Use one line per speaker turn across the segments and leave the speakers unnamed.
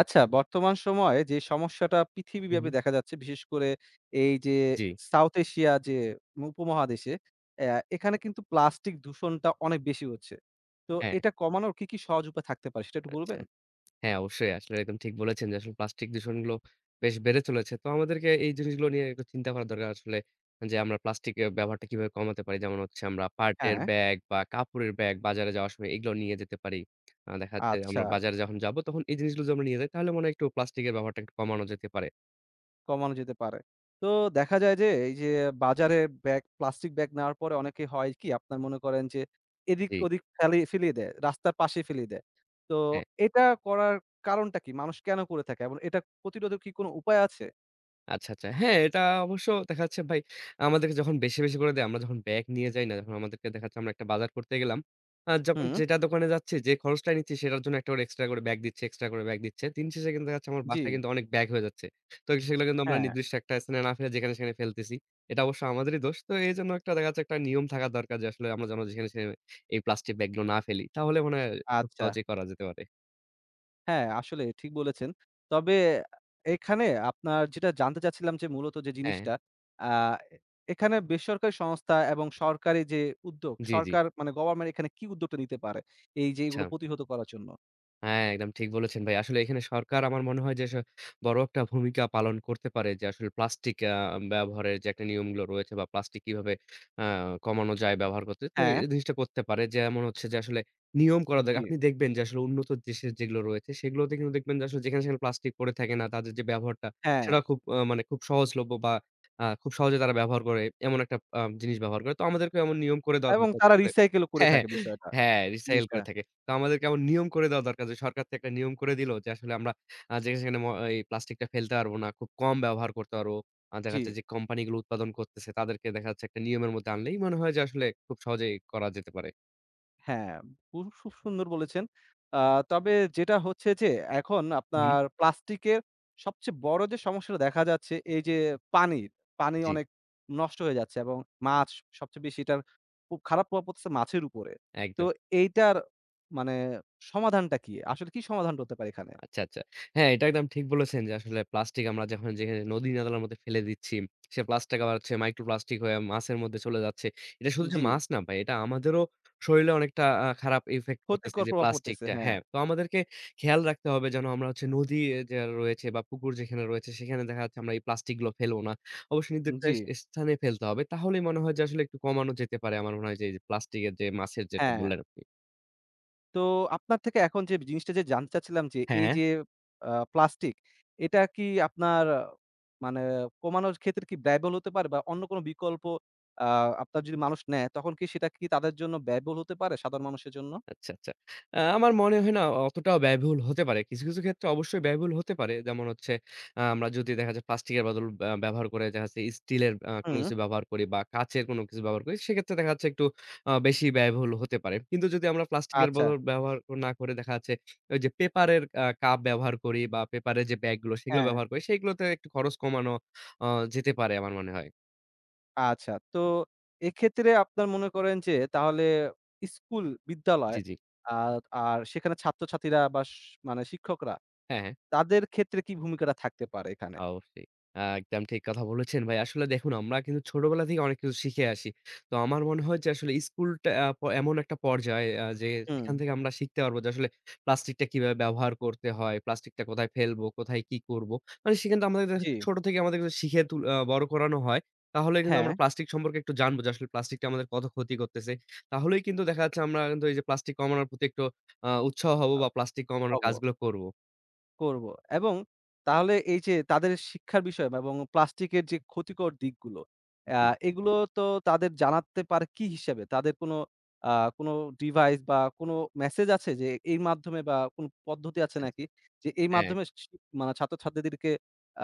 আচ্ছা, বর্তমান সময়ে যে সমস্যাটা
হুম,
পৃথিবীব্যাপী দেখা যাচ্ছে, বিশেষ করে এই যে
জি।
সাউথ এশিয়া যে উপমহাদেশে, এখানে কিন্তু প্লাস্টিক দূষণটা অনেক বেশি হচ্ছে। তো
হ্যাঁ,
এটা কমানোর কি, কি সহজ উপায় থাকতে পারে সেটা একটু
আচ্ছা।
বলবেন?
হ্যাঁ, অবশ্যই আসলে একদম ঠিক বলেছেন যে আসলে প্লাস্টিক দূষণগুলো বেশ বেড়ে চলেছে। তো আমাদেরকে এই জিনিসগুলো নিয়ে একটু চিন্তা করা দরকার আসলে যে আমরা প্লাস্টিকের ব্যবহারটা কিভাবে কমাতে পারি। যেমন হচ্ছে আমরা পাটের
হ্যাঁ,
ব্যাগ বা কাপড়ের ব্যাগ বাজারে যাওয়ার সময় এগুলো নিয়ে যেতে পারি। দেখা যাচ্ছে
আচ্ছা,
আমরা বাজারে যখন যাবো তখন এই জিনিসগুলো যদি আমরা নিয়ে যাই তাহলে মনে হয় একটু প্লাস্টিকের ব্যবহারটা একটু কমানো যেতে পারে।
কমানো যেতে পারে। তো দেখা যায় যে এই যে বাজারে ব্যাগ প্লাস্টিক ব্যাগ নেওয়ার পরে অনেকে হয় কি আপনার মনে করেন যে
জি,
এদিক-ওদিক ফেলিয়ে দেয়, রাস্তার পাশে ফেলিয়ে দেয়। তো
হ্যাঁ।
এটা করার কারণটা কি? মানুষ কেন করে থাকে এবং এটা প্রতিরোধের কি কোনো উপায় আছে?
আচ্ছা, আচ্ছা। হ্যাঁ, এটা অবশ্য দেখা যাচ্ছে ভাই আমাদেরকে যখন বেশি, বেশি করে দেয়, আমরা যখন ব্যাগ নিয়ে যাই না, যখন আমাদেরকে দেখা যাচ্ছে আমরা একটা বাজার করতে গেলাম। যখন
হুম,
যেটা দোকানে যাচ্ছি, যে খরচটা নিচ্ছি সেটার জন্য একটা করে এক্সট্রা করে ব্যাগ দিচ্ছে, এক্সট্রা করে ব্যাগ দিচ্ছে। দিন শেষে কিন্তু দেখা যাচ্ছে আমার
জি,
বাসায় কিন্তু অনেক ব্যাগ হয়ে যাচ্ছে। তো সেগুলো কিন্তু আমরা
হ্যাঁ,
নির্দিষ্ট একটা স্থানে না ফেলে যেখানে সেখানে ফেলতেছি। এটা অবশ্য আমাদেরই দোষ। তো এজন্য একটা দেখা যাচ্ছে একটা নিয়ম থাকা দরকার যে আসলে আমরা যেন যেখানে সেখানে এই প্লাস্টিক ব্যাগগুলো না ফেলি। তাহলে মনে হয় খুব
আচ্ছা।
সহজেই করা যেতে পারে।
হ্যাঁ, আসলে ঠিক বলেছেন। তবে এখানে আপনার যেটা জানতে চাচ্ছিলাম যে মূলত যে
হ্যাঁ।
জিনিসটা, আ এখানে বেসরকারি সংস্থা এবং সরকারি যে উদ্যোগ,
জি, জি।
সরকার মানে গভর্নমেন্ট এখানে কি উদ্যোগটা নিতে পারে? এই যে
আচ্ছা।
এগুলো প্রতিহত করার জন্য?
হ্যাঁ, একদম ঠিক বলেছেন ভাই। আসলে এখানে সরকার আমার মনে হয় যে বড় একটা ভূমিকা পালন করতে পারে যে আসলে প্লাস্টিক ব্যবহারের যে একটা নিয়মগুলো রয়েছে বা প্লাস্টিক কিভাবে আ কমানো যায় ব্যবহার করতে। তো
হ্যাঁ,
এই জিনিসটা করতে পারে। যেমন হচ্ছে যে আসলে নিয়ম করা
জি,
দরকার। আপনি দেখবেন যে আসলে উন্নত দেশের যেগুলো রয়েছে সেগুলোতে কিন্তু দেখবেন যে আসলে যেখানে সেখানে প্লাস্টিক পড়ে থাকে না। তাদের যে ব্যবহারটা
হ্যাঁ,
সেটা খুব মানে খুব সহজলভ্য বা খুব সহজে তারা ব্যবহার করে এমন একটা জিনিস ব্যবহার করে। তো আমাদেরকেও এমন নিয়ম করে দেওয়া
এবং
দরকার যে
তারা
আসলে।
রিসাইকেল ও করে
হ্যাঁ, হ্যাঁ,
থাকে বিষয়টা।
হ্যাঁ, রিসাইকেল
জিনিসটা,
করে থাকে। তো আমাদের কেমন নিয়ম করে দেওয়া দরকার যে সরকার থেকে একটা নিয়ম করে দিল যে আসলে আমরা যেখানে সেখানে এই প্লাস্টিকটা ফেলতে পারবো না। খুব কম ব্যবহার করতে পারবো। দেখা
জি।
যাচ্ছে যে কোম্পানিগুলো উৎপাদন করতেছে তাদেরকে দেখা যাচ্ছে একটা নিয়মের মধ্যে আনলেই মনে হয় যে আসলে খুব সহজেই করা যেতে পারে।
হ্যাঁ, খুব সুন্দর বলেছেন। আ তবে যেটা হচ্ছে যে এখন
হুম।
আপনার প্লাস্টিকের সবচেয়ে বড় যে সমস্যাটা দেখা যাচ্ছে এই যে পানির, পানি
জি,
অনেক নষ্ট হয়ে যাচ্ছে এবং মাছ সবচেয়ে বেশি এটার খুব খারাপ প্রভাব পড়তেছে মাছের উপরে। তো
একদম।
এইটার মানে সমাধানটা কি? আসলে কি সমাধানটা হতে পারে এখানে?
আচ্ছা, আচ্ছা। হ্যাঁ, এটা একদম ঠিক বলেছেন যে আসলে প্লাস্টিক আমরা যখন যেখানে নদী-নালার মধ্যে ফেলে দিচ্ছি, সে প্লাস্টিক আবার হচ্ছে মাইক্রোপ্লাস্টিক হয়ে মাছের মধ্যে চলে যাচ্ছে। এটা শুধু যে
জি,
মাছ না ভাই, এটা আমাদেরও শরীরে অনেকটা খারাপ ইফেক্ট করতেছে
ক্ষতিকর
যে
প্রভাব পড়তেছে।
প্লাস্টিকটা।
হ্যাঁ,
হ্যাঁ, তো আমাদেরকে খেয়াল রাখতে হবে যেন আমরা হচ্ছে নদী যে রয়েছে বা পুকুর যেখানে রয়েছে সেখানে দেখা যাচ্ছে আমরা এই প্লাস্টিক গুলো ফেলবো না। অবশ্যই নির্দিষ্ট
জি,
স্থানে ফেলতে হবে। তাহলেই মনে হয় যে আসলে একটু কমানো যেতে পারে। আমার মনে হয় যে এই যে প্লাস্টিকের যে মাছের যেটা
হ্যাঁ।
বললেন আপনি।
তো আপনার থেকে এখন যে জিনিসটা যে জানতে চাচ্ছিলাম যে,
হ্যাঁ,
এই
হ্যাঁ।
যে প্লাস্টিক, এটা কি আপনার মানে কমানোর ক্ষেত্রে কি ব্যয়বহুল হতে পারে? বা অন্য কোনো বিকল্প আ আপনার যদি মানুষ নেয়, তখন কি সেটা কি তাদের জন্য ব্যয়বহুল হতে পারে সাধারণ মানুষের জন্য?
আচ্ছা, আচ্ছা। আমার মনে হয় না অতটাও ব্যয়বহুল হতে পারে। কিছু, কিছু ক্ষেত্রে অবশ্যই ব্যয়বহুল হতে পারে। যেমন হচ্ছে আমরা যদি দেখা যায় প্লাস্টিকের বদল ব্যবহার করে দেখা যাচ্ছে স্টিলের কোনো
হুম,
কিছু ব্যবহার করি বা কাঁচের কোনো কিছু ব্যবহার করি, সেক্ষেত্রে দেখা যাচ্ছে একটু বেশি ব্যয়বহুল হতে পারে। কিন্তু যদি আমরা প্লাস্টিকের
আচ্ছা,
বদল ব্যবহার না করে দেখা যাচ্ছে ওই যে পেপারের কাপ ব্যবহার করি বা পেপারের যে ব্যাগগুলো সেগুলো
হ্যাঁ,
ব্যবহার করি, সেগুলোতে একটু খরচ কমানো আ যেতে পারে আমার মনে হয়।
আচ্ছা। তো এক্ষেত্রে আপনার মনে করেন যে তাহলে স্কুল, বিদ্যালয়
জি, জি।
আর আর সেখানে ছাত্রছাত্রীরা বা মানে শিক্ষকরা
হ্যাঁ, হ্যাঁ।
তাদের ক্ষেত্রে কি ভূমিকাটা থাকতে পারে এখানে?
অবশ্যই। একদম ঠিক কথা বলেছেন ভাই। আসলে দেখুন আমরা কিন্তু ছোটবেলা থেকে অনেক কিছু শিখে আসি। তো আমার মনে হয় যে আসলে স্কুলটা আ প এমন একটা পর্যায়ে যে
হুম,
সেখান থেকে আমরা শিখতে পারবো যে আসলে প্লাস্টিকটা কিভাবে ব্যবহার করতে হয়, প্লাস্টিকটা কোথায় ফেলবো, কোথায় কি করবো। মানে সেখান থেকে আমাদের দেখা
জি,
যাচ্ছে ছোট থেকে আমাদের কিন্তু শিখে তুল আ বড় করানো হয়। তাহলে কিন্তু আমরা
হ্যাঁ।
প্লাস্টিক সম্পর্কে একটু জানবো যে আসলে প্লাস্টিকটা আমাদের কত ক্ষতি করতেছে। তাহলেই কিন্তু দেখা যাচ্ছে আমরা কিন্তু এই যে প্লাস্টিক কমানোর প্রতি একটু উৎসাহ হবো বা প্লাস্টিক কমানোর
পাবো,
কাজগুলো করবো।
করব এবং তাহলে এই যে তাদের শিক্ষার বিষয় বা এবং প্লাস্টিকের যে ক্ষতিকর দিকগুলো, আ
জি।
এগুলো তো তাদের জানাতে পারে কি হিসাবে? তাদের কোনো আ কোনো ডিভাইস বা কোনো মেসেজ আছে যে এর মাধ্যমে বা কোনো পদ্ধতি আছে
আচ্ছা, আচ্ছা।
নাকি? যে এই
হ্যাঁ।
মাধ্যমে স স মানে ছাত্রছাত্রীদেরকে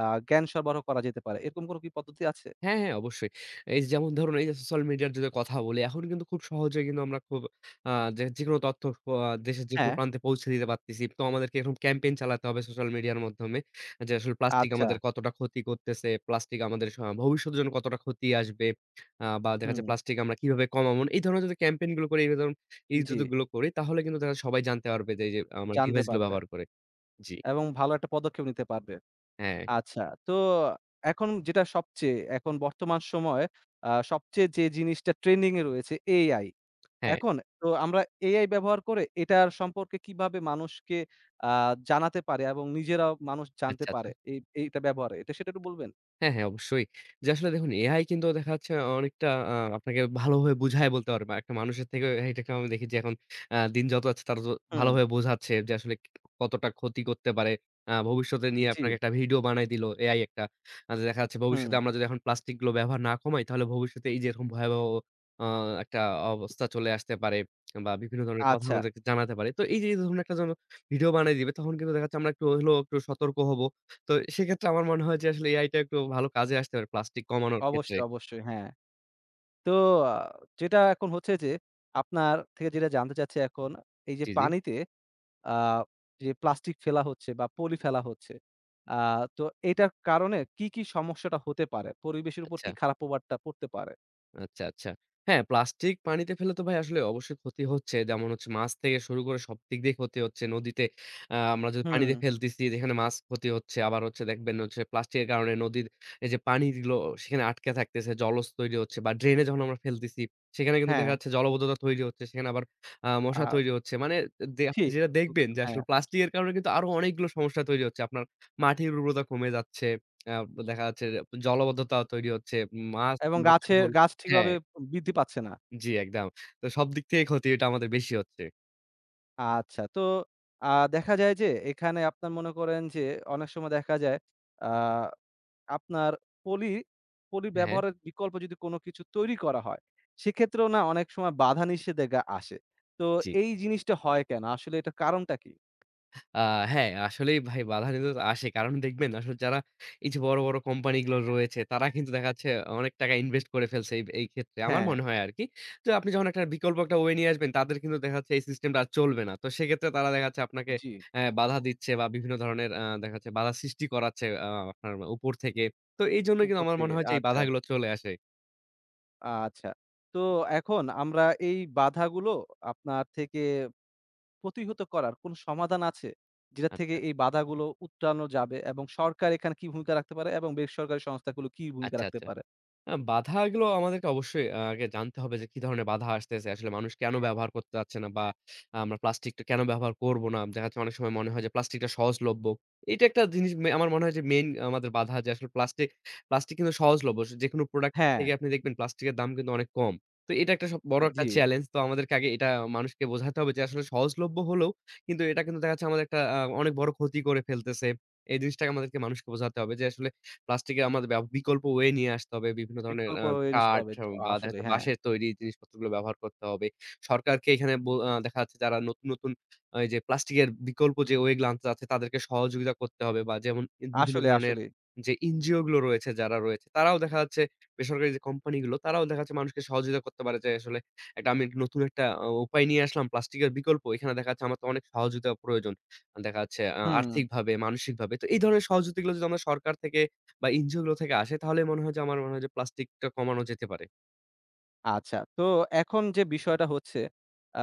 আ জ্ঞান সরবরাহ করা যেতে পারে। এরকম কোনো কি পদ্ধতি আছে?
হ্যাঁ, হ্যাঁ, অবশ্যই। এই যেমন ধরুন এই যে সোশ্যাল মিডিয়ার যদি কথা বলি, এখন কিন্তু খুব সহজে কিন্তু আমরা খুব আ যে যেকোনো তথ্য দেশের যেকোনো
হ্যাঁ।
প্রান্তে পৌঁছে দিতে পারতেছি। তো আমাদেরকে এরকম ক্যাম্পেইন চালাতে হবে সোশ্যাল মিডিয়ার মাধ্যমে। যে আসলে প্লাস্টিক
আচ্ছা।
আমাদের কতটা ক্ষতি করতেছে, প্লাস্টিক আমাদের ভবিষ্যতের জন্য কতটা ক্ষতি আসবে। বা দেখা
হুম,
যাচ্ছে প্লাস্টিক আমরা কিভাবে কমাবো। এই ধরনের যদি ক্যাম্পেইন গুলো করি, এই ধরুন এই
জি,
যদি গুলো করি তাহলে কিন্তু দেখা সবাই জানতে পারবে যে এই যে আমার
জানতে
ডিভাইস গুলো
পারবে
ব্যবহার করে। জি।
এবং ভালো একটা পদক্ষেপ নিতে পারবে।
হ্যাঁ,
আচ্ছা। তো এখন যেটা সবচেয়ে এখন বর্তমান সময়ে সবচেয়ে যে জিনিসটা ট্রেন্ডিং এ রয়েছে AI।
হ্যাঁ।
এখন তো আমরা AI ব্যবহার করে এটার সম্পর্কে কিভাবে মানুষকে আ জানাতে পারে এবং নিজেরাও মানুষ জানতে
আচ্ছা, আচ্ছা।
পারে এই এইটা ব্যবহারে। এটা সেটা একটু বলবেন?
হ্যাঁ, হ্যাঁ, অবশ্যই। যে আসলে দেখুন এআই কিন্তু দেখা যাচ্ছে অনেকটা আপনাকে ভালোভাবে বুঝায় বলতে পারবে। বা একটা মানুষের থেকে হ্যাঁ, এটাকে আমি দেখি যে এখন দিন যত যাচ্ছে তারা তো
হুম,
ভালোভাবে বোঝাচ্ছে যে আসলে কতটা ক্ষতি করতে পারে। ভবিষ্যতে নিয়ে
জি,
আপনাকে একটা ভিডিও বানায় দিল এআই একটা। দেখা যাচ্ছে
হুম।
ভবিষ্যতে আমরা যদি এখন প্লাস্টিক গুলো ব্যবহার না কমাই তাহলে ভবিষ্যতে এই যে এরকম ভয়াবহ আ একটা অবস্থা চলে আসতে পারে বা বিভিন্ন ধরনের কথা
আচ্ছা।
আমাদেরকে জানাতে পারে। তো এই যে ধরুন একটা যখন ভিডিও বানায় দিবে তখন কিন্তু দেখা যাচ্ছে আমরা একটু হলেও একটু সতর্ক হব। তো সেক্ষেত্রে আমার মনে হয় যে আসলে এআইটা একটু ভালো কাজে আসতে পারে প্লাস্টিক কমানোর ক্ষেত্রে।
অবশ্যই, অবশ্যই। হ্যাঁ। তো আ যেটা এখন হচ্ছে যে আপনার থেকে যেটা জানতে চাচ্ছি এখন এই যে
জি, জি।
পানিতে আ যে প্লাস্টিক ফেলা হচ্ছে বা পলি ফেলা হচ্ছে। আ তো এটার কারণে কি, কি সমস্যাটা হতে পারে? পরিবেশের উপর
আচ্ছা।
কি খারাপ প্রভাবটা পড়তে পারে?
আচ্ছা, আচ্ছা। হ্যাঁ, প্লাস্টিক পানিতে ফেললে তো ভাই আসলে অবশ্যই ক্ষতি হচ্ছে। যেমন হচ্ছে মাছ থেকে শুরু করে সব দিক দিয়ে ক্ষতি হচ্ছে। নদীতে আমরা যদি
হুম।
পানিতে ফেলতেছি যেখানে মাছ ক্ষতি হচ্ছে। আবার হচ্ছে দেখবেন হচ্ছে প্লাস্টিকের কারণে নদীর এই যে পানিগুলো সেখানে আটকে থাকতেছে, জলজ তৈরি হচ্ছে বা ড্রেনে যখন আমরা ফেলতেছি সেখানে কিন্তু
হ্যাঁ,
দেখা যাচ্ছে জলবদ্ধতা তৈরি হচ্ছে। সেখানে আবার মশা
আ
তৈরি হচ্ছে। মানে আপনি
ঠিক
যেটা
বলেছেন,
দেখবেন যে আসলে
হ্যাঁ।
প্লাস্টিকের কারণে কিন্তু আরো অনেকগুলো সমস্যা তৈরি হচ্ছে। আপনার মাটির উর্বরতা কমে যাচ্ছে। আ দেখা যাচ্ছে জলবদ্ধতা তৈরি হচ্ছে। মাছ,
এবং গাছে
মৎস্যগুলো।
গাছ
হ্যাঁ,
ঠিকভাবে বৃদ্ধি পাচ্ছে না।
জি একদম। তো সব দিক থেকে ক্ষতিটা আমাদের বেশি হচ্ছে।
আচ্ছা, তো আ দেখা যায় যে এখানে আপনার মনে করেন যে অনেক সময় দেখা যায় আ আপনার পলি, পলি
হ্যাঁ,
ব্যবহারের বিকল্প যদি কোনো কিছু তৈরি করা হয়, সেক্ষেত্রেও না অনেক সময় বাধা নিষেধাজ্ঞা আসে। তো
জি।
এই জিনিসটা হয় কেন? আসলে এটার কারণটা কি?
আ হ্যাঁ, আসলেই ভাই বাধা কিন্তু আসে। কারণ দেখবেন আসলে যারা এই যে বড়, বড় কোম্পানিগুলো রয়েছে তারা কিন্তু দেখা যাচ্ছে অনেক টাকা ইনভেস্ট করে ফেলছে এই এই ক্ষেত্রে। আমার
হ্যাঁ,
মনে হয় আরকি। তো আপনি যখন একটা বিকল্প একটা ওয়ে নিয়ে আসবেন তাদের কিন্তু দেখা যাচ্ছে এই সিস্টেমটা আর চলবে না। তো সেক্ষেত্রে তারা দেখা যাচ্ছে আপনাকে
জি,
বাধা দিচ্ছে বা বিভিন্ন ধরনের দেখা যাচ্ছে বাধা সৃষ্টি করাচ্ছে আপনার উপর থেকে। তো এইজন্য কিন্তু
উপর
আমার মনে
থেকে।
হয় যে এই
আচ্ছা,
বাধাগুলো চলে আসে।
আচ্ছা। তো এখন আমরা এই বাধাগুলো আপনার থেকে প্রতিহত করার কোনো সমাধান আছে? যেটা থেকে
আচ্ছা,
এই বাধাগুলো উত্তরানো যাবে এবং সরকার এখানে কি ভূমিকা রাখতে পারে এবং বেসরকারি সংস্থাগুলো কি ভূমিকা
আচ্ছা,
রাখতে
আচ্ছা।
পারে?
বাধাগুলো আমাদেরকে অবশ্যই আগে জানতে হবে যে, কি ধরনের বাধা আসতেছে। আসলে মানুষ কেন ব্যবহার করতে চাচ্ছে না বা আমরা প্লাস্টিকটা কেন ব্যবহার করব না? দেখা যাচ্ছে অনেক সময় মনে হয় যে, প্লাস্টিকটা সহজলভ্য। এটা একটা জিনিস আমার মনে হয় যে, মেইন আমাদের বাধা যে, আসলে প্লাস্টিক কিন্তু সহজলভ্য। যেকোনো প্রোডাক্ট
হ্যাঁ,
থেকে আপনি দেখবেন প্লাস্টিকের দাম কিন্তু অনেক কম। তো এটা একটা সব বড় একটা
জি,
চ্যালেঞ্জ। তো আমাদেরকে আগে এটা মানুষকে বোঝাতে হবে যে, আসলে সহজলভ্য হলেও কিন্তু এটা কিন্তু দেখা যাচ্ছে আমাদের একটা অনেক বড় ক্ষতি করে ফেলতেছে। এই জিনিসটাকে আমাদেরকে মানুষকে বোঝাতে হবে যে, আসলে প্লাস্টিকের আমাদের বিকল্প ওয়ে নিয়ে আসতে হবে। বিভিন্ন ধরনের
বিকল্প নিশ্চিত
কাঠ
হবে।
বা দেখা
আসলে
যাচ্ছে
হ্যাঁ।
বাঁশের তৈরি জিনিসপত্রগুলো ব্যবহার করতে হবে। সরকারকে এখানে বো আ দেখা যাচ্ছে যারা নতুন, নতুন এই যে প্লাস্টিকের বিকল্প যে ওয়ে গুলো আনতে চাচ্ছে তাদেরকে সহযোগিতা করতে হবে বা যেমন বিভিন্ন
আসলে,
ধরনের
আসলেই।
যে এনজিও গুলো রয়েছে, যারা রয়েছে তারাও দেখা যাচ্ছে বেসরকারি যে কোম্পানি গুলো তারাও দেখা যাচ্ছে মানুষকে সহযোগিতা করতে পারে যে আসলে একটা আমি একটা নতুন একটা উপায় নিয়ে আসলাম প্লাস্টিকের বিকল্প। এখানে দেখা যাচ্ছে আমার তো অনেক সহযোগিতা প্রয়োজন। দেখা যাচ্ছে
হুম,
আর্থিকভাবে, মানসিকভাবে। তো এই ধরনের সহযোগিতাগুলো যদি আমরা সরকার থেকে বা এনজিও গুলো থেকে আসে তাহলে মনে হয় যে আমার মনে হয় যে প্লাস্টিকটা কমানো যেতে পারে।
আচ্ছা। তো এখন যে বিষয়টা হচ্ছে, আ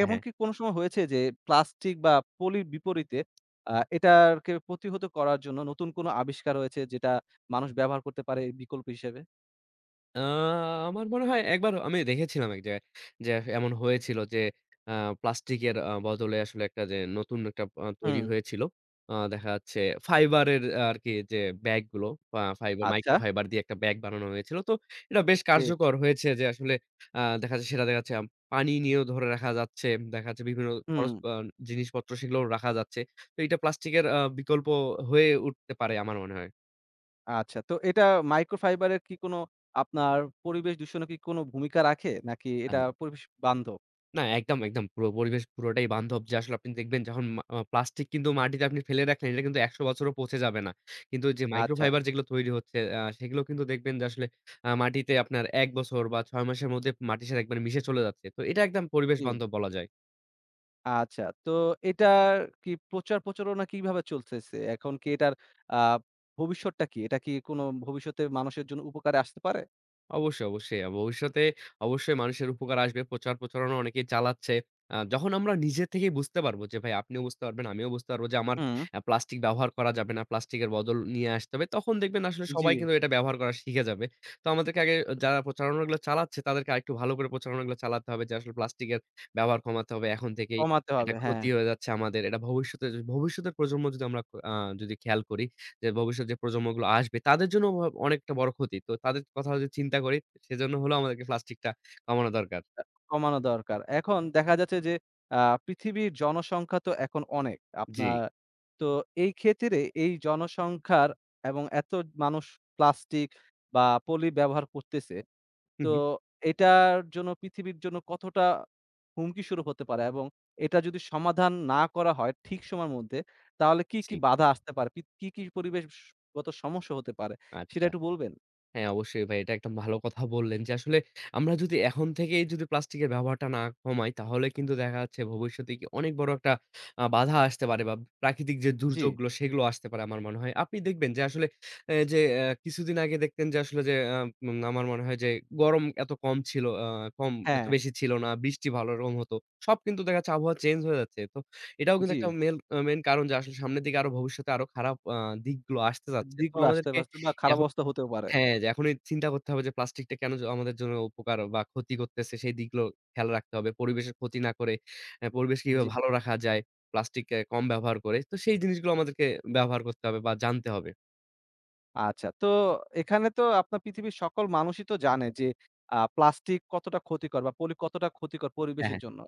হ্যাঁ, হ্যাঁ।
এমনকি কোনো সময় হয়েছে যে প্লাস্টিক বা পলির বিপরীতে এটাকে প্রতিহত করার জন্য নতুন কোনো আবিষ্কার হয়েছে যেটা মানুষ ব্যবহার করতে পারে বিকল্প হিসেবে?
আ আমার মনে হয় একবার আমি দেখেছিলাম এক জায়গায় যে এমন হয়েছিল যে আ প্লাস্টিকের বদলে আসলে একটা যে নতুন একটা তৈরি
হুম,
হয়েছিল। দেখা যাচ্ছে ফাইবারের আরকি যে ব্যাগগুলো ফাইবার
আচ্ছা,
মাইক্রো ফাইবার দিয়ে একটা ব্যাগ বানানো হয়েছিল। তো এটা বেশ
বেশ।
কার্যকর হয়েছে যে আসলে দেখা যাচ্ছে সেটা দেখা যাচ্ছে পানি নিয়েও ধরে রাখা যাচ্ছে। দেখা যাচ্ছে বিভিন্ন
হুম,
খরচ জিনিসপত্র সেগুলোও রাখা যাচ্ছে। তো এটা প্লাস্টিকের বিকল্প হয়ে উঠতে পারে আমার মনে হয়।
আচ্ছা। তো এটা মাইক্রোফাইবারের কি কোনো আপনার পরিবেশ দূষণে কি কোনো ভূমিকা রাখে? নাকি এটা পরিবেশ বান্ধব?
না, একদম, একদম। পুরো পরিবেশ পুরোটাই বান্ধব যে আসলে আপনি দেখবেন যখন প্লাস্টিক কিন্তু মাটিতে আপনি ফেলে রাখলেন এটা কিন্তু ১০০ বছরও পচে যাবে না। কিন্তু যে
আচ্ছা,
মাইক্রোফাইবার যেগুলো তৈরি হচ্ছে সেগুলো কিন্তু দেখবেন যে আসলে মাটিতে আপনার ১ বছর বা ৬ মাসের মধ্যে মাটির সাথে একবারে মিশে চলে যাচ্ছে। তো এটা একদম পরিবেশ
জি।
বান্ধব বলা যায়।
আচ্ছা। তো এটার কি প্রচার প্রচারণা কিভাবে চলতেছে? এখন কি এটার আ ভবিষ্যৎটা কি? এটা কি কোনো ভবিষ্যতে মানুষের জন্য উপকারে আসতে পারে?
অবশ্যই, অবশ্যই। ভবিষ্যতে অবশ্যই মানুষের উপকার আসবে। প্রচার প্রচারণা অনেকেই চালাচ্ছে। যখন আমরা নিজে থেকেই বুঝতে পারবো যে ভাই আপনিও বুঝতে পারবেন, আমিও বুঝতে পারবো যে আমার
হুম।
প্লাস্টিক ব্যবহার করা যাবে না। প্লাস্টিকের বদল নিয়ে আসতে হবে। তখন দেখবেন আসলে
জি,
সবাই কিন্তু এটা ব্যবহার করা শিখে যাবে। তো আমাদেরকে আগে যারা প্রচারণাগুলো চালাচ্ছে তাদেরকে আরেকটু ভালো করে প্রচারণাগুলো চালাতে হবে যে আসলে প্লাস্টিকের ব্যবহার কমাতে হবে। এখন থেকেই
কমাতে
এটা
হবে। হ্যাঁ,
ক্ষতি হয়ে যাচ্ছে আমাদের। এটা ভবিষ্যতে ভবিষ্যতের প্রজন্ম যদি আমরা আ যদি খেয়াল করি যে ভবিষ্যৎ যে প্রজন্মগুলো আসবে তাদের জন্য অনেকটা বড় ক্ষতি। তো তাদের কথা যদি চিন্তা করি, সেজন্য হলেও আমাদেরকে প্লাস্টিকটা কমানো দরকার।
কমানো দরকার। এখন দেখা যাচ্ছে যে আ পৃথিবীর জনসংখ্যা তো এখন অনেক।
জি।
আপনার তো এই ক্ষেত্রে এই জনসংখ্যার এবং এত মানুষ প্লাস্টিক বা পলি ব্যবহার করতেছে
হু,
তো
হু।
এটার জন্য পৃথিবীর জন্য কতটা হুমকি স্বরূপ হতে পারে এবং এটা যদি সমাধান না করা হয় ঠিক সময়ের মধ্যে, তাহলে কি,
জি,
কি বাধা আসতে পারে? কি, কি পরিবেশগত সমস্যা হতে পারে? সেটা
আচ্ছা।
একটু বলবেন?
হ্যাঁ, অবশ্যই ভাই। এটা একদম ভালো কথা বললেন যে, আসলে আমরা যদি এখন থেকেই যদি প্লাস্টিকের ব্যবহারটা না কমাই, তাহলে কিন্তু দেখা যাচ্ছে ভবিষ্যতে গিয়ে অনেক বড় একটা বাধা আসতে পারে বা প্রাকৃতিক যে
জি।
দুর্যোগগুলো, সেগুলো আসতে পারে আমার মনে হয়। আপনি দেখবেন যে আসলে এ যে কিছুদিন আগে দেখতেন যে আসলে যে আ উম আমার মনে হয় যে গরম এত কম ছিল, কম এত
হ্যাঁ,
বেশি ছিল না, বৃষ্টি ভালো রকম হতো। সব কিন্তু দেখা যাচ্ছে আবহাওয়া চেঞ্জ হয়ে যাচ্ছে। তো এটাও কিন্তু
জি।
একটা মেল আ মেইন কারণ যে আসলে সামনের দিকে আরো ভবিষ্যতে আরো খারাপ দিকগুলো আসতে যাচ্ছে। তো
দিকগুলো আসতে
আমাদেরকে
পারে বা খারাপ
এখন
অবস্থা হতেও পারে।
হ্যাঁ, যে এখনই চিন্তা করতে হবে যে প্লাস্টিকটা কেন আমাদের জন্য উপকার বা ক্ষতি করতেছে সেই দিকগুলো খেয়াল রাখতে হবে। পরিবেশের ক্ষতি না করে পরিবেশ
জি।
কিভাবে ভালো রাখা যায়, প্লাস্টিক কম ব্যবহার করে। তো সেই জিনিসগুলো আমাদেরকে ব্যবহার করতে হবে বা জানতে হবে।
আচ্ছা। তো এখানে তো আপনার পৃথিবীর সকল মানুষই তো জানে যে প্লাস্টিক কতটা ক্ষতিকর বা পলি কতটা ক্ষতিকর
হ্যাঁ,
পরিবেশের
হ্যাঁ।
জন্য।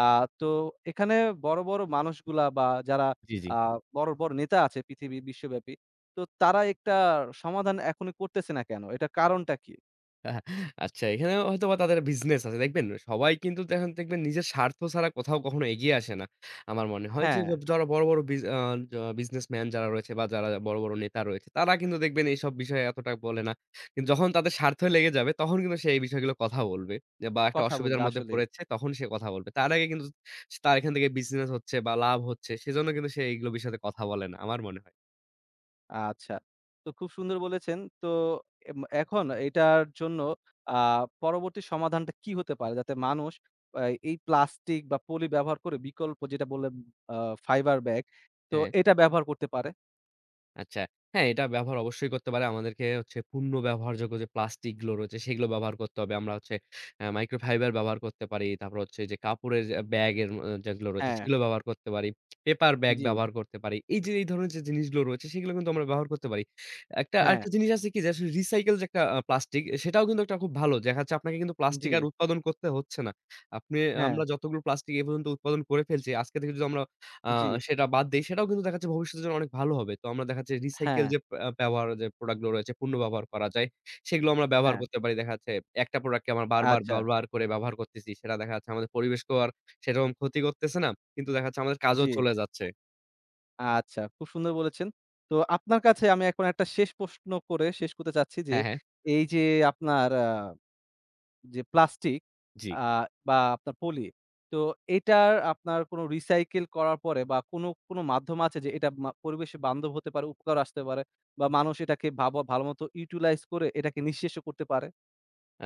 আ তো এখানে বড়, বড় মানুষগুলা বা যারা
জি, জি।
আ বড়, বড় নেতা আছে পৃথিবী বিশ্বব্যাপী, তো তারা একটা সমাধান এখনই করতেছে না কেন? এটার কারণটা কি?
আচ্ছা এখানে হয়তোবা তাদের বিজনেস আছে। দেখবেন সবাই কিন্তু দেখেন দেখবেন নিজের স্বার্থ ছাড়া কোথাও কখনো এগিয়ে আসে না। আমার মনে হয় যে
হ্যাঁ,
যারা বড়, বড় বিজ আ জ বিজনেসম্যান যারা রয়েছে বা যারা বড়, বড় নেতা রয়েছে তারা কিন্তু দেখবেন এইসব বিষয়ে এতটা বলে না। কিন্তু যখন তাদের স্বার্থে লেগে যাবে তখন কিন্তু সে এই বিষয়গুলো কথা বলবে। যে বা একটা
কথা
অসুবিধার
বলবে
মধ্যে
আসলেই।
পড়েছে তখন সে কথা বলবে। তার আগে কিন্তু তার এখান থেকে বিজনেস হচ্ছে বা লাভ হচ্ছে সেজন্য কিন্তু সে এইগুলো বিষয়ে কথা বলে না। আমার মনে হয়।
আচ্ছা। তো খুব সুন্দর বলেছেন। তো এখন এটার জন্য আ পরবর্তী সমাধানটা কি হতে পারে? যাতে মানুষ আ এই প্লাস্টিক বা পলি ব্যবহার করে বিকল্প যেটা বললেন আ ফাইবার ব্যাগ, তো
হ্যাঁ।
এটা ব্যবহার করতে পারে।
আচ্ছা। হ্যাঁ, এটা ব্যবহার অবশ্যই করতে পারে। আমাদেরকে হচ্ছে পূর্ণ ব্যবহারযোগ্য যে প্লাস্টিকগুলো রয়েছে সেগুলো ব্যবহার করতে হবে। আমরা হচ্ছে মাইক্রোফাইবার ব্যবহার করতে পারি। তারপর হচ্ছে যে কাপড়ের যে ব্যাগের যেগুলো রয়েছে
হ্যাঁ,
সেগুলো ব্যবহার করতে পারি। পেপার ব্যাগ
জি,
ব্যবহার করতে পারি। এই যে এই ধরনের যে জিনিসগুলো রয়েছে সেগুলো কিন্তু আমরা ব্যবহার করতে পারি। একটা
হ্যাঁ,
আরেকটা জিনিস আছে কি যে আসলে রিসাইকেল যে একটা প্লাস্টিক সেটাও কিন্তু একটা খুব ভালো। দেখা যাচ্ছে আপনাকে কিন্তু
জি,
প্লাস্টিক আর উৎপাদন করতে হচ্ছে না। আপনি
হ্যাঁ,
আমরা যতগুলো প্লাস্টিক এ পর্যন্ত উৎপাদন করে ফেলছি আজকে থেকে যদি আমরা আ
জি,
সেটা বাদ দেই। সেটাও কিন্তু দেখা যাচ্ছে ভবিষ্যতের জন্য অনেক ভালো হবে। তো আমরা দেখা যাচ্ছে রিসাইকেল
হ্যাঁ,
যে ব্যবহার যে প্রোডাক্ট গুলো রয়েছে, পুনঃ ব্যবহার করা যায়। সেগুলো আমরা ব্যবহার
হ্যাঁ,
করতে পারি। দেখা যাচ্ছে একটা প্রোডাক্টকে আমরা বারবার,
আচ্ছা,
বারবার করে ব্যবহার করতেছি। সেটা দেখা যাচ্ছে আমাদের পরিবেশকেও আর সেরকম ক্ষতি করতেছে না। কিন্তু দেখা যাচ্ছে আমাদের কাজও
জি,
চলে যাচ্ছে
আচ্ছা। খুব সুন্দর বলেছেন। তো আপনার কাছে আমি এখন একটা শেষ প্রশ্ন করে শেষ করতে চাচ্ছি যে,
হ্যাঁ, হ্যাঁ।
এই যে আপনার যে প্লাস্টিক
জি।
আ বা আপনার পলি। তো এটার আপনার কোনো রিসাইকেল করার পরে বা কোনো মাধ্যম আছে যে এটা পরিবেশে বান্ধব হতে পারে, উপকার আসতে পারে বা মানুষ এটাকে ভাবা ভালোমতো ইউটিলাইজ করে এটাকে নিঃশেষও করতে পারে?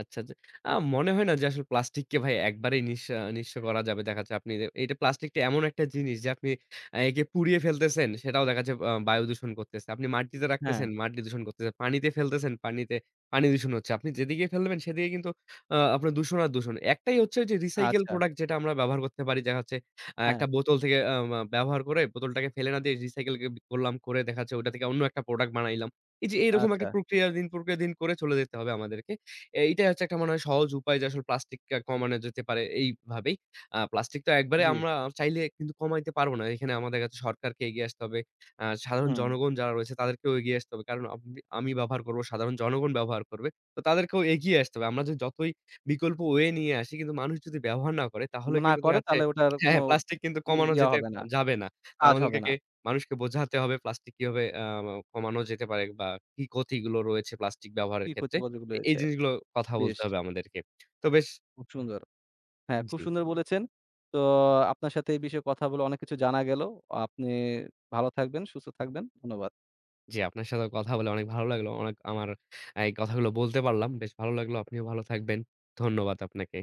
আচ্ছা, আচ্ছা। আ মনে হয় না যে আসলে প্লাস্টিককে ভাই একবারেই নিঃস্ব করা যাবে। দেখা যাচ্ছে আপনি এইটা প্লাস্টিকটা এমন একটা জিনিস যে আপনি একে পুড়িয়ে ফেলতেছেন সেটাও দেখা যাচ্ছে বায়ু দূষণ করতেছে। আপনি মাটিতে
হ্যাঁ,
রাখতেছেন, মাটি দূষণ করতেছে। পানিতে ফেলতেছেন, পানিতে পানি দূষণ হচ্ছে। আপনি যেদিকে ফেলবেন সেদিকে কিন্তু আপনার দূষণ আর দূষণ। একটাই হচ্ছে যে রিসাইকেল
আচ্ছা।
প্রোডাক্ট যেটা আমরা ব্যবহার করতে পারি। দেখা যাচ্ছে
হ্যাঁ,
একটা বোতল থেকে আ মা ব্যবহার করে বোতলটাকে ফেলে না দিয়ে রিসাইকেল করলাম, করে দেখা যাচ্ছে ওটা থেকে অন্য একটা প্রোডাক্ট বানাইলাম। এই যে এরকম একটা
আচ্ছা।
প্রক্রিয়া দিন করে চলে যেতে হবে আমাদেরকে। এইটাই হচ্ছে একটা মনে হয় সহজ উপায় যে আসলে প্লাস্টিকটা কমানো যেতে পারে এইভাবেই। প্লাস্টিক তো একবারে
জি,
আমরা চাইলে কিন্তু কমাইতে পারব না। এখানে আমাদের কাছে সরকারকে এগিয়ে আসতে হবে। সাধারণ
হুম।
জনগণ যারা রয়েছে তাদেরকেও এগিয়ে আসতে হবে। কারণ আপনি আমি ব্যবহার করব, সাধারণ জনগণ ব্যবহার করবে। তো তাদেরকেও এগিয়ে আসতে হবে। আমরা যদি যতই বিকল্প ওয়ে নিয়ে আসি কিন্তু মানুষ যদি ব্যবহার না করে তাহলে
না
কিন্তু দেখা
করে
যাচ্ছে
তাহলে ওটার
হ্যাঁ,
কোনো
প্লাস্টিক কিন্তু কমানো
ইয়া
যেতে
হবে না,
যাবে না। তো
কাজ হবে না।
আমাদেরকে মানুষকে বোঝাতে হবে প্লাস্টিক কিভাবে কমানো যেতে পারে বা কি ক্ষতিগুলো রয়েছে প্লাস্টিক ব্যবহারের
কি
ক্ষেত্রে।
ক্ষতিকর যেগুলো
এই
রয়েছে।
জিনিসগুলো কথা
বেশ,
বলতে হবে আমাদেরকে। তো বেশ
খুব সুন্দর। হ্যাঁ, খুব
জি,
সুন্দর বলেছেন। তো আপনার সাথে এই বিষয়ে কথা বলে অনেক কিছু জানা গেল। আপনি ভালো থাকবেন, সুস্থ থাকবেন। ধন্যবাদ।
জি আপনার সাথেও কথা বলে অনেক ভালো লাগলো। অনেক আমার এই কথাগুলো বলতে পারলাম। বেশ ভালো লাগলো। আপনিও ভালো থাকবেন। ধন্যবাদ আপনাকে।